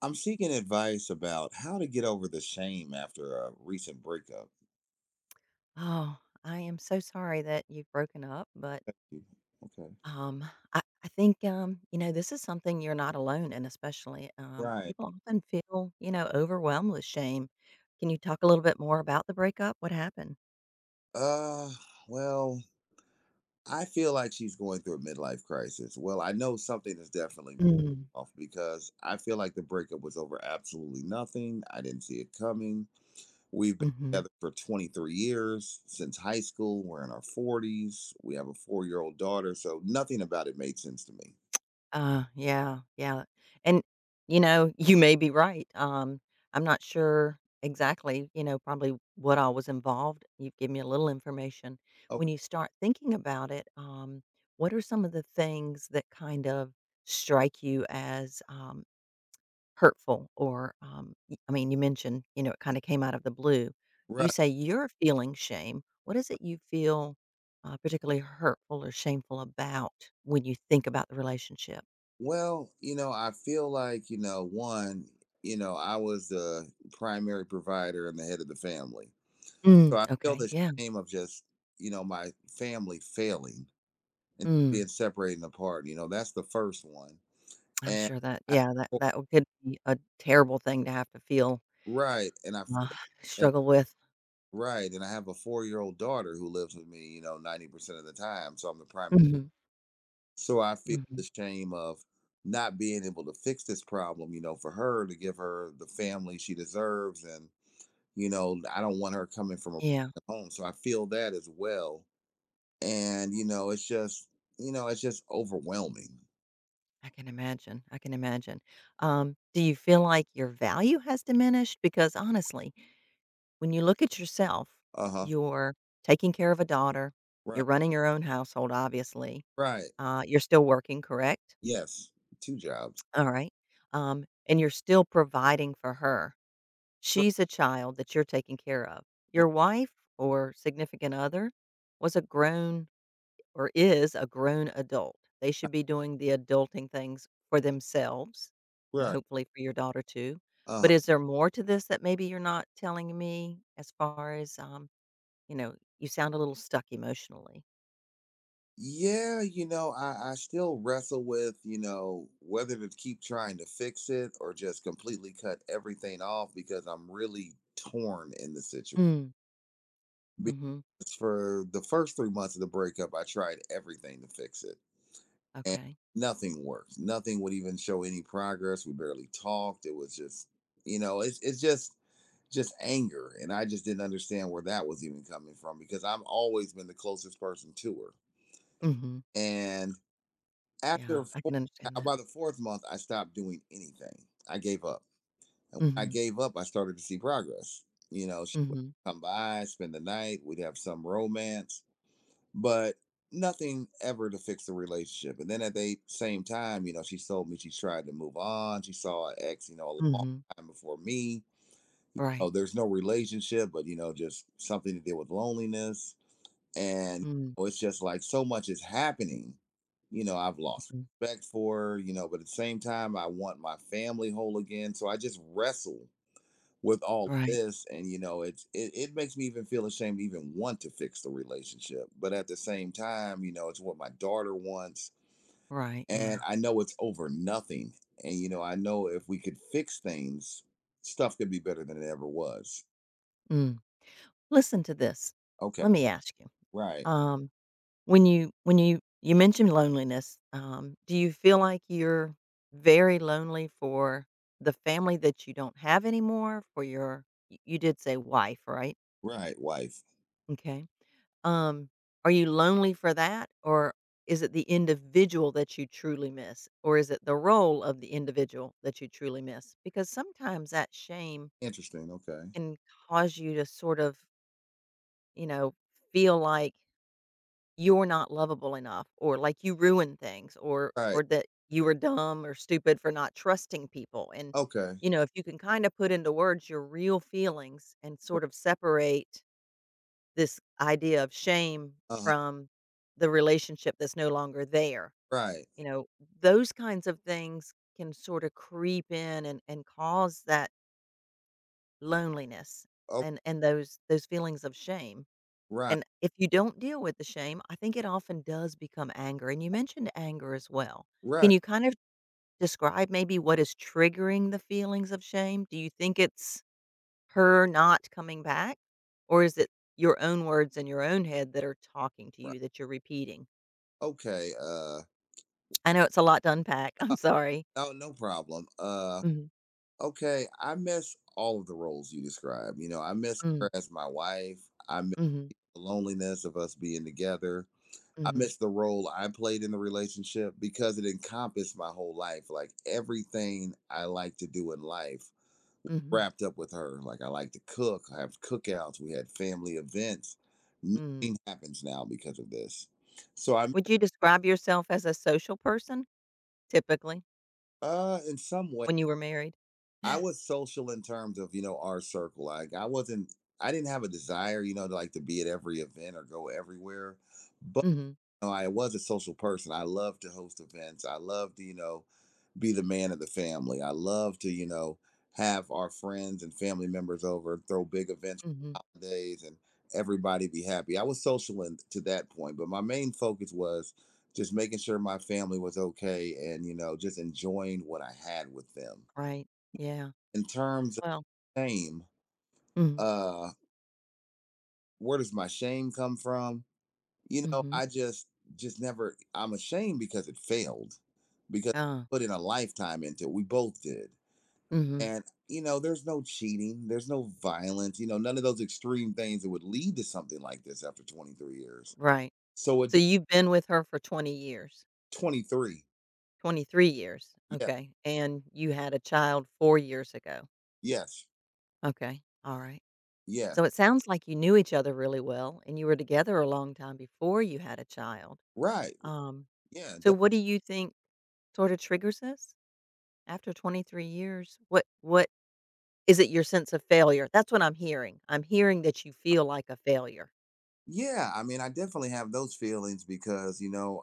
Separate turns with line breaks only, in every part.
I'm seeking advice about how to get over the shame after a recent breakup.
Oh, I am so sorry that you've broken up, but
Thank you. Okay.
um, I think you know this is something you're not alone in. Especially
Right.
people often feel you know overwhelmed with shame. Can you talk a little bit more about the breakup? What happened?
Uh, well, I feel like she's going through a midlife crisis. Well, I know something is definitely
Mm.
off because I feel like the breakup was over absolutely nothing. I didn't see it coming. We've been
hmm
together for 23 years since high school. We're in our 40s. We have a 4 year old daughter. So nothing about it made sense to me.
Yeah, yeah, and, you know, you may be right, I'm not sure exactly, you know, probably what all was involved. You've given me a little information. When
Okay.
you start thinking about it, what are some of the things that kind of strike you as, hurtful or, y I mean, you mentioned, you know, it kinda came out of the blue. You
Right.
say you're feeling shame, what is it you feel, particularly hurtful or shameful about when you think about the relationship?
Well, I feel like, one, I was the primary provider and the head of the family.
Mm,
So I feel
okay,
the
yeah.
shame of just, my family failing and
Mm,
being separated apart. That's the first one.
I'm
And
sure that,
I,
yeah, that that w could be a terrible thing to have to feel,
right. And I,
uh,
and
struggle with.
right. And I have a 4 year old daughter who lives with me, 90% of the time. So I'm the prime.
Mhm,
So I feel
mhm.
the shame of not being able to fix this problem, for her to give her the family she deserves, and I don't want her coming from a
Yeah,
home. So I feel that as well. And, it's just overwhelming.
I can imagine, I can imagine. Do you feel like your value has diminished? Because honestly, when you look at yourself,
Uh huh.
you're taking care of a daughter, you're
Right.
running your own household, obviously,
Right.
you're still working, correct?
Yes. Two jobs.
Alright, and you're still providing for her.
R-
She's a child that you're taking care of.
r-
Your wife or significant other was a grown or is a grown adult. They should be doing the adulting things for themselves and
Right.
hopefully for your daughter too.
Uh
But
huh.
is there more to this that maybe you're not telling me as far as, you know, you sound a little stuck emotionally?
Yeah. I still wrestle with, whether to keep trying to fix it or just completely cut everything off because I'm really torn in the situation.
Mm, mhm,
Because for the first 3 months of the breakup, I tried everything to fix it and
okay.
nothing worked. Nothing would even show any progress. We barely talked. It was just, it's just anger, and I just didn't understand where that was even coming from because I've always been the closest person to her.
Mhm.
And
Yeah,
after
I
four,
can understand that.
about the fourth month, I stopped doing anything. I gave up, and when I
Mhm,
gave up, I started to see progress. She would
mhm,
come by, spend the night. We'd have some romance, but nothing ever to fix the relationship. And then at the same time, she told me she's tried to move on. She saw an ex, a long
mhm.
time before me.
Right.
Oh, there's no relationship, but just something to deal with loneliness. And
Mhm,
oh, it's just like so much is happening. I've lost
mhm.
respect for her, but at the same time, I want my family whole again. So I just wrestle with all
Right,
this, and it's it makes me even feel ashamed to even want to fix the relationship, but at the same time, it's what my daughter wants.
right, yeah.
And I know it's over nothing. And I know if we could fix things, stuff could be better than it ever was.
Mm. Listen to this.
Okay.
Let me ask you.
Right.
Um, when you you mentioned loneliness, do you feel like you're very lonely for the family that you don't have anymore? For your you did say wife, right?
Right. Wife.
Okay. Um, are you lonely for that, or is it the individual that you truly miss, or is it the role of the individual that you truly miss? Because sometimes that shame
Interesting. Okay.
can cause you to sort of, you know, feel like you're not lovable enough, or like you ruin things, or
Right.
that you were dumb or stupid for not trusting people. And
Okay.
you know, if you can kind of put into words your real feelings and sort of separate this idea of shame
uh
from the relationship that's no longer there,
right.
you know, those kinds of things can sort of creep in and cause that loneliness
Oh.
and those feelings of shame.
Right.
And if you don't deal with the shame, I think it often does become anger, and you mentioned anger as well. Can
Right.
you kind of describe maybe what is triggering the feelings of shame? Do you think it's her not coming back? Or is it your own words in your own head that are talking to
Right.
you that you're repeating?
Okay.
I know it's a lot to unpack. I'm
Oh.
sorry.
Oh, no problem.
Mhm,
Okay, I miss all of the roles you described. I miss
mm,
her as my wife. I miss
mhm,
the loneliness of us being together. I
mhm,
miss the role I played in the relationship because it encompassed my whole life. Like everything I like to do in life
mhm,
wrapped up with her. Like I like to cook, I have cookouts, we had family events.
mm.
Nothing happens now because of this. So I'm,
Would you describe yourself as a social person, typically,
in some way.
when you were married?
I was social in terms of, our circle. Like I didn't have a desire, to like to be at every event or go everywhere. But
Mhm,
I was a social person. I love to host events. I love to, be the man of the family. I love to, have our friends and family members over, throw big events
mhm,
for holidays and everybody be happy. I was social in, to that point, but my main focus was just making sure my family was okay and, just enjoying what I had with them
right, yeah.
in terms.
Well.
Shame.
Mhm,
uh where does my shame come from?
mhm.
I just never, I'm ashamed because it failed, because
Ah,
I put in a lifetime into it, we both did.
mhm,
And there's no cheating, there's no violence, none of those extreme things that would lead to something like this after 23 years.
right.
So it.
So you've been with her for 20 years,
23.
23 years,
Yeah.
okay, and you had a child 4 years ago.
Yes.
Okay, alright.
Yes.
So it sounds like you knew each other really well, and you were together a long time before you had a child.
Right.
Um,
Yeah.
so what do you think sorta triggers this? After 23 years, what is it your sense of failure? That's what I'm hearing. I'm hearing that you feel like a failure.
Yeah, I mean I definitely have those feelings because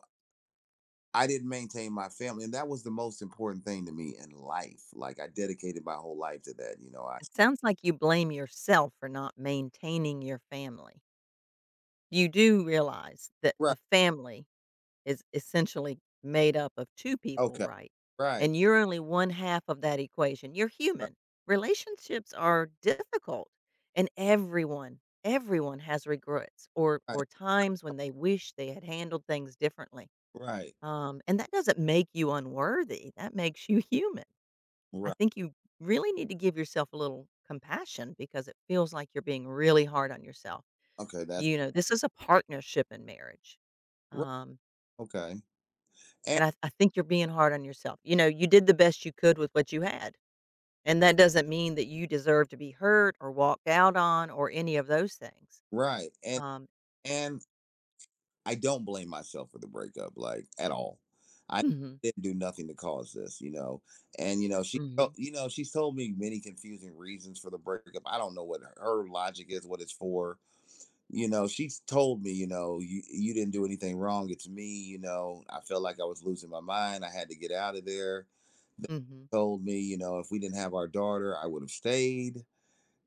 I didn't maintain my family, and that was the most important thing to me in life. Like I dedicated my whole life to that. I.
It sounds like you blame yourself for not maintaining your family. You do realize that a
Right.
family is essentially made up of 2 people,
Okay.
right?
Right.
And you're only one half of that equation. You're
Right.
human. Relationships are difficult, and everyone has regrets or
Right.
times when they wish they had handled things differently.
Right.
And that doesn't make you unworthy, that makes you human. I
Right.
think you really need to give yourself a little compassion because it feels like you're being really hard on yourself.
Okay, that's
You know, this is a partnership in marriage.
right.
Um,
Okay, and
and I think you're being hard on yourself. You know, you did the best you could with what you had. And that doesn't mean that you deserve to be hurt or walked out on or any of those things.
right, and
Um,
and I don't blame myself for the breakup, like at all. I
hmm.
didn't do nothing to cause this. And you know, she,
Hmm.
felt- you know, She's told me many confusing reasons for the breakup. I don't know what her logic is, what it's for. She's told me, you didn't do anything wrong. It's me. I felt like I was losing my mind. I had to get out of there. Then
Hmm.
she told me, if we didn't have our daughter, I would have stayed.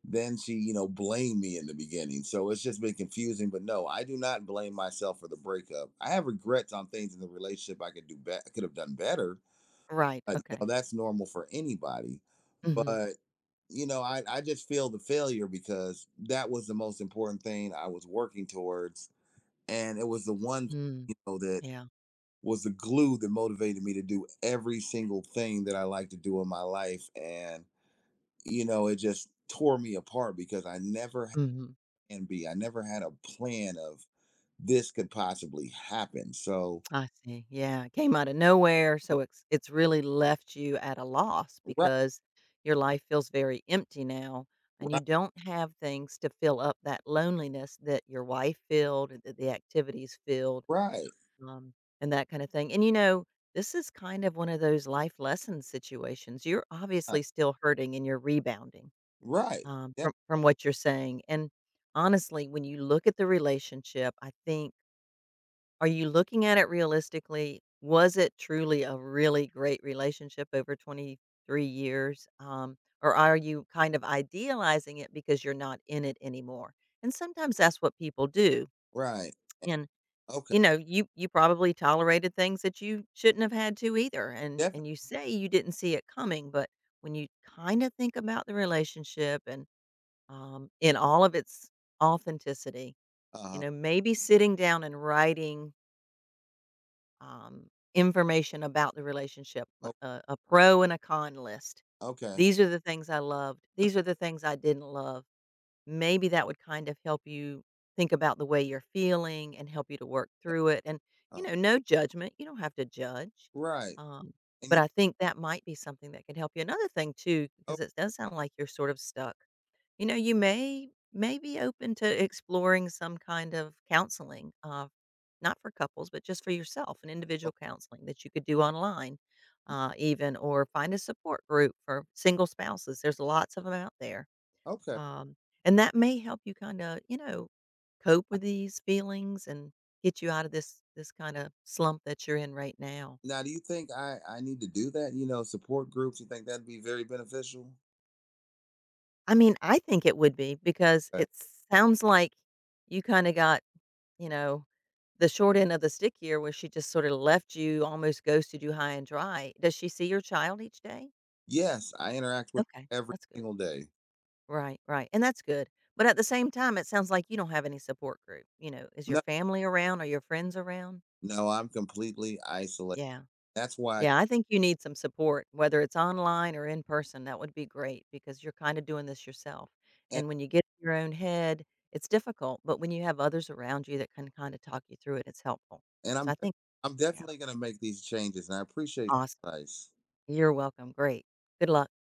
Then she, blamed me in the beginning. So it's just been confusing. But no, I do not blame myself for the breakup. I have regrets on things in the relationship I could do better, could have done better.
Right. Okay.
That's normal for anybody.
Hmm.
But I just feel the failure because that was the most important thing I was working towards, and it was the one,
Mm,
that
yeah.
was the glue that motivated me to do every single thing that I like to do in my life, and it just tore me apart because I never had
Hmm.
I never had a plan of this could possibly happen. So
I see. Yeah, it came out of nowhere, so it's really left you at a loss
right,
because your life feels very empty now, and you
right,
don't have things to fill up that loneliness that your wife filled, that the activities filled,
right,
um, and that kind of thing. And you know, this is kind of one of those life lesson situations. You're
right,
obviously still hurting, and you're rebounding,
right, yeah,
from what you're saying. And honestly, when you look at the relationship, I think, are you looking at it realistically? Was it truly a really great relationship over 23 years? Or are you kind of idealizing it because you're not in it anymore? And sometimes that's what people do.
right,
And
okay,
you know, you probably tolerated things that you shouldn't have had to either. And
definitely,
you say you didn't see it coming, but when you kind of think about the relationship and in all of its authenticity, you
uh
know, maybe sitting down and writing um, information about the relationship,
huh,
a pro and a con list.
okay,
These are the things I loved. These are the things I didn't love. Maybe that would kind of help you think about the way you're feeling and help you to work through it. And, you
uh,
know, no judgment. You don't have to judge.
right,
Um,
and
but
you,
I think that might be something that could help you. Another thing, too,
oh,
because it does sound like you're sort of stuck. You know, you may be open to exploring some kind of counseling, not for couples, but just for yourself, an
oh,
individual counseling that you could do online, even, or find a support group for single spouses. There's lots of them out there,
okay.
um, and that may help you kind of, you know, cope with these feelings and get you out of this kind of slump that you're in right now.
Now, do you think I need to do that? Support groups. You think that'd be very beneficial?
I mean, I think it would be because it sounds like you kind of got, you know, the short end of the stick here where she just sorta left you, almost ghosted you high and dry. Does she see your child each day?
Yes, I interact with
Okay,
her every
that's good.
single day.
Right, right, and that's good. But at the same time, it sounds like you don't have any support group. You know, is your
No,
family around? Are your friends around?
no, I'm completely isolated.
Yeah.
That's why,
Yeah, I think you need some support, whether it's online or in person. That would be great because you're kinda doing this yourself.
and
And when you get in your own head, it's difficult, but when you have others around you that can kinda talk you through it, it's helpful.
and
So
I'm
I think
I'm
yeah,
definitely gonna make these changes, and I appreciate
awesome.
the advice.
You're welcome. Great. Good luck.